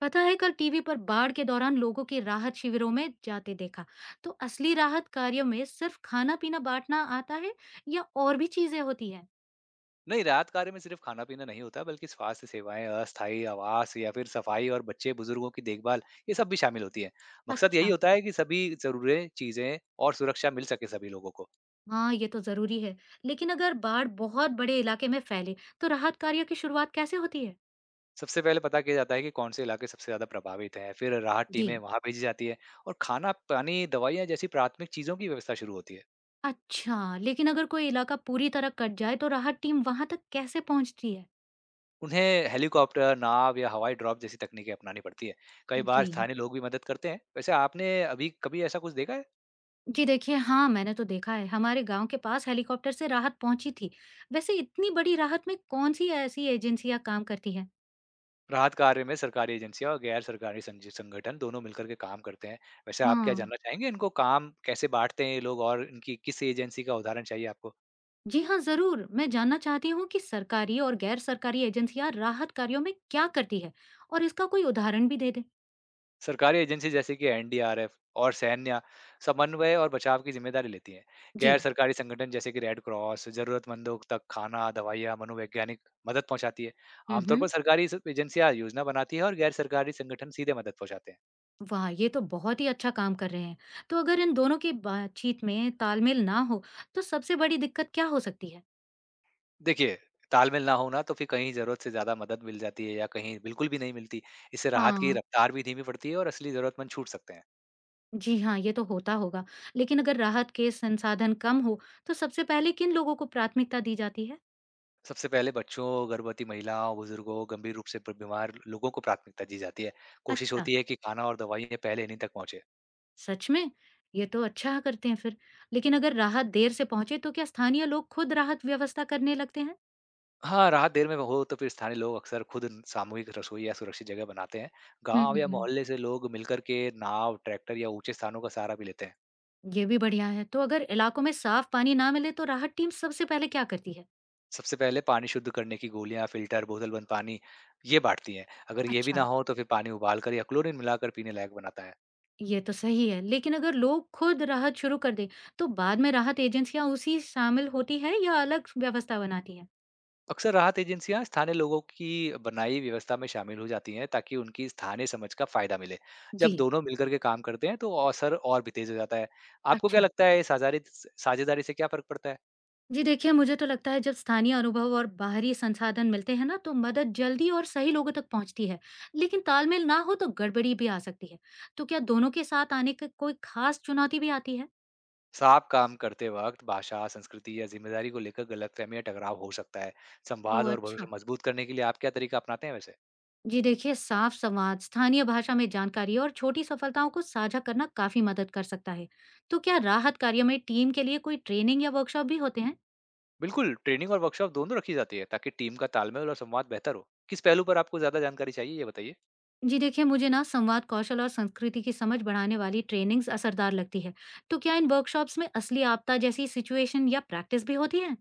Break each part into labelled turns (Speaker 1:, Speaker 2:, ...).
Speaker 1: पता है कल टीवी पर बाढ़ के दौरान लोगों के राहत शिविरों में जाते देखा। तो असली राहत कार्यों में सिर्फ खाना पीना बांटना आता है या और भी चीजें होती हैं।
Speaker 2: नहीं, राहत कार्य में सिर्फ खाना-पीना नहीं होता, बल्कि स्वास्थ्य सेवाएँ, अस्थायी आवास या फिर सफाई और बच्चे-बुजुर्गों की देखभाल, ये सब भी शामिल होती है। मकसद यही
Speaker 1: अच्छा।
Speaker 2: होता है कि सभी ज़रूरें, चीज़ें और सुरक्षा मिल सके सभी लोगों को।
Speaker 1: हाँ ये तो जरूरी है। लेकिन अगर बाढ़ बहुत बड़े इलाके में फैले तो राहत कार्यों की शुरुआत कैसे होती है?
Speaker 2: सबसे पहले पता किया जाता है कि कौन से इलाके सबसे ज़्यादा प्रभावित हैं, फिर राहत टीमें
Speaker 1: जी।
Speaker 2: वहाँ भेजी जाती है और खाना, पानी, दवाइयाँ जैसी प्राथमिक चीज़ों की व्यवस्था शुरू होती है।
Speaker 1: अच्छा, लेकिन अगर कोई इलाका पूरी तरह कट जाए तो राहत टीम वहां तक कैसे पहुंचती है?
Speaker 2: उन्हें हेलीकॉप्टर, नाव या हवाई ड्रॉप जैसी तकनीकें अपनानी पड़ती है। कई बार
Speaker 1: जी।
Speaker 2: स्थानीय लोग भी मदद करते हैं। वैसे आपने अभी कभी ऐसा कुछ देखा है?
Speaker 1: जी देखिए, हाँ, मैंने तो देखा है। हमारे गाँव के पास हेलीकॉप्टर से राहत पहुँची थी। वैसे इतनी बड़ी राहत में कौन-सी ऐसी एजेंसियाँ काम करती हैं?
Speaker 2: राहत कार्य में सरकारी एजेंसियाँ और गैर सरकारी संज संगठन दोनों मिलकर के काम करते हैं। वैसे आप क्या जानना
Speaker 1: हाँ।
Speaker 2: चाहेंगे इनको काम कैसे बाँटते हैं ये लोग और इनकी किस एजेंसी का उदाहरण चाहिए आपको?
Speaker 1: जी हाँ, ज़रूर। मैं जानना चाहती हूँ कि सरकारी और गैर सरकारी एजेंसियाँ राहत कार्यों में क्या करती है और इसका कोई उदाहरण भी दे दें।
Speaker 2: सरकारी एजेंसी जैसे कि एनडीआरएफ और सैन्य समन्वय और बचाव की ज़िम्मेदारी लेती है।
Speaker 1: जी।
Speaker 2: गैर सरकारी संगठन जैसे कि रेड क्रॉस ज़रूरतमंदों तक खाना, दवाइयाँ, मनोवैज्ञानिक मदद पहुँचाती है।
Speaker 1: हुँ,
Speaker 2: आमतौर
Speaker 1: हुँ।
Speaker 2: पर सरकारी स एजेंसियाँ योजना बनाती है और गैर सरकारी संगठन सीधे मदद पहुँचाते हैं।
Speaker 1: वाह! ये तो बहुत ही अच्छा काम कर रहे हैं। तो अगर इन दोनों की बातचीत में तालमेल ना हो, तो सबसे बड़ी दिक्कत क्या हो सकती है?
Speaker 2: देखिए, तालमेल ना होना तो फिर कहीं ज़रूरत से ज़्यादा मदद मिल जाती है या कहीं बिल्कुल भी नहीं मिलती। इससे राहत की
Speaker 1: हाँ।
Speaker 2: रफ़्तार भी धीमी पड़ती है और असली ज़रूरतमंद छूट सकते हैं।
Speaker 1: जी हाँ, ये तो होता होगा। लेकिन अगर राहत के संसाधन कम हो, तो सबसे पहले किन लोगों को प्राथमिकता दी जाती है?
Speaker 2: सबसे पहले बच्चों, गर्भवती महिलाओं, बुज़ुर्गों, गंभीर रूप से ब बीमार लोगों को प्राथमिकता दी जाती है। कोशिश
Speaker 1: अच्छा।
Speaker 2: होती है कि खाना और दवाइयाँ पहले इन्हीं तक पहुँचे।
Speaker 1: सच में? ये तो अच्छा करते हैं फिर। लेकिन अगर राहत देर से पहुंचे, तो क्या स्थानीय लोग खुद राहत व्यवस्था करने लगते हैं?
Speaker 2: हाँ, राहत देर में हो तो फिर स्थानीय लोग अक्सर खुद सामूहिक रसोई या सुरक्षित जगह बनाते हैं। गाँव या
Speaker 1: हम्म।
Speaker 2: मोहल्ले से लोग मिलकर के नाव, ट्रैक्टर या ऊँचे स्थानों का सहारा भी लेते हैं।
Speaker 1: ये भी बढ़िया है। तो अगर इलाकों में साफ पानी ना मिले, तो राहत टीम सबसे पहले क्या करती है?
Speaker 2: सबसे पहले पानी शुद्ध करने की गोलियाँ, फ़िल्टर, बोतल बंद पानी, ये बाँटती हैं। अगर ये भी ना
Speaker 1: अच्छा।
Speaker 2: हो तो फिर पानी उबालकर या क्लोरीन मिलाकर पीने लायक बनाता है।
Speaker 1: ये तो सही है। लेकिन अगर लोग खुद राहत शुरू कर दें, तो बाद में राहत एजेंसियां उसी शामिल होती है या अलग व्यवस्था बनाती है?
Speaker 2: अक्सर राहत एजेंसियाँ स्थानीय लोगों की बनाई व्यवस्था में शामिल हो जाती हैं ताकि उनकी स्थानीय समझ का फ़ायदा मिले।
Speaker 1: जी।
Speaker 2: जब दोनों मिलकर के काम करते हैं तो असर और भी तेज़ हो जाता है। आपको क्या
Speaker 1: अच्छा।
Speaker 2: लगता है साझारी साझेदारी से क्या फ़र्क पड़ता है?
Speaker 1: जी देखिए, मुझे तो लगता है जब स्थानीय अनुभव और बाहरी संसाधन मिलते हैं ना, तो मदद जल्दी और सही लोगों तक पहुँचती है। लेकिन तालमेल ना हो तो गड़बड़ी भी आ सकती है। तो क्या दोनों के साथ आने की कोई खास चुनौती भी आती है?
Speaker 2: साफ काम करते वक़्त भाषा, संस्कृति या ज़िम्मेदारी को लेकर गलतफ़हमी या टकराव हो सकता है। संवाद
Speaker 1: ओह
Speaker 2: और
Speaker 1: अच्छा।
Speaker 2: भरोसा मज़बूत करने के लिए आप क्या तरीका अपनाते हैं वैसे?
Speaker 1: जी देखिए, साफ संवाद, स्थानीय भाषा में जानकारी और छोटी सफलताओं को साझा करना काफ़ी मदद कर सकता है। तो क्या राहत कार्य में टीम के लिए कोई ट्रेनिंग या वर्कशॉप भी होते हैं?
Speaker 2: बिल्कुल, ट्रेनिंग और वर्कशॉप दोनों रखी जाती है ताकि टीम का तालमेल और संवाद बेहतर हो। किस पहलू पर आपको ज़्यादा जानकारी चाहिए ये बताइए?
Speaker 1: जी देखिए, मुझे ना संवाद कौशल और संस्कृति की समझ बढ़ाने वाली ट्रेनिंग्स असरदार लगती है। तो क्या इन वर्कशॉप्स में असली आपदा जैसी सिचुएशन या प्रैक्टिस भी होती है?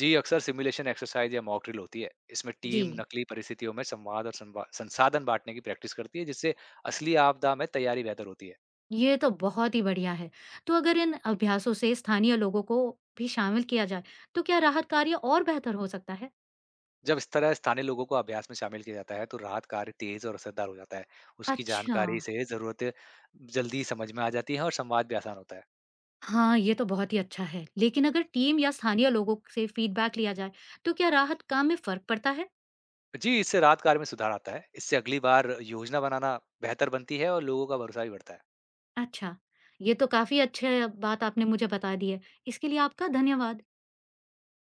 Speaker 2: जी, अक्सर सिमुलेशन एक्सरसाइज़ या मॉक ड्रिल होती है। इसमें
Speaker 1: जी।
Speaker 2: टीम नकली परिस्थितियों में संवाद और संवा संसाधन बाँटने की प्रैक्टिस करती है जिससे असली आपदा में तैयारी बेहतर होती है।
Speaker 1: ये तो बहुत ही बढ़िया है। तो अगर इन अभ्यासों से स्थानीय लोगों को भी शामिल किया जाए तो क्या राहत कार्य और बेहतर हो सकता है?
Speaker 2: जब इस तरह स्थानीय लोगों को अभ्यास में शामिल किया जाता है तो राहत कार्य तेज़ और असरदार हो जाता है। उसकी
Speaker 1: अच्छा।
Speaker 2: जानकारी से ज़रूरतें जल्दी समझ में आ जाती हैं और संवाद भी आसान होता है।
Speaker 1: हाँ ये तो बहुत ही अच्छा है। लेकिन अगर टीम या स्थानीय लोगों से फीडबैक लिया जाए तो क्या राहत काम में फर्क पड़ता है?
Speaker 2: जी, इससे राहत कार्य में सुधार आता है। इससे अगली बार योजना बनाना बेहतर बनती है और लोगों का भरोसा भी बढ़ता है।
Speaker 1: अच्छा। ये तो काफी अच्छी बात आपने मुझे बता दी है। इसके लिए आपका धन्यवाद।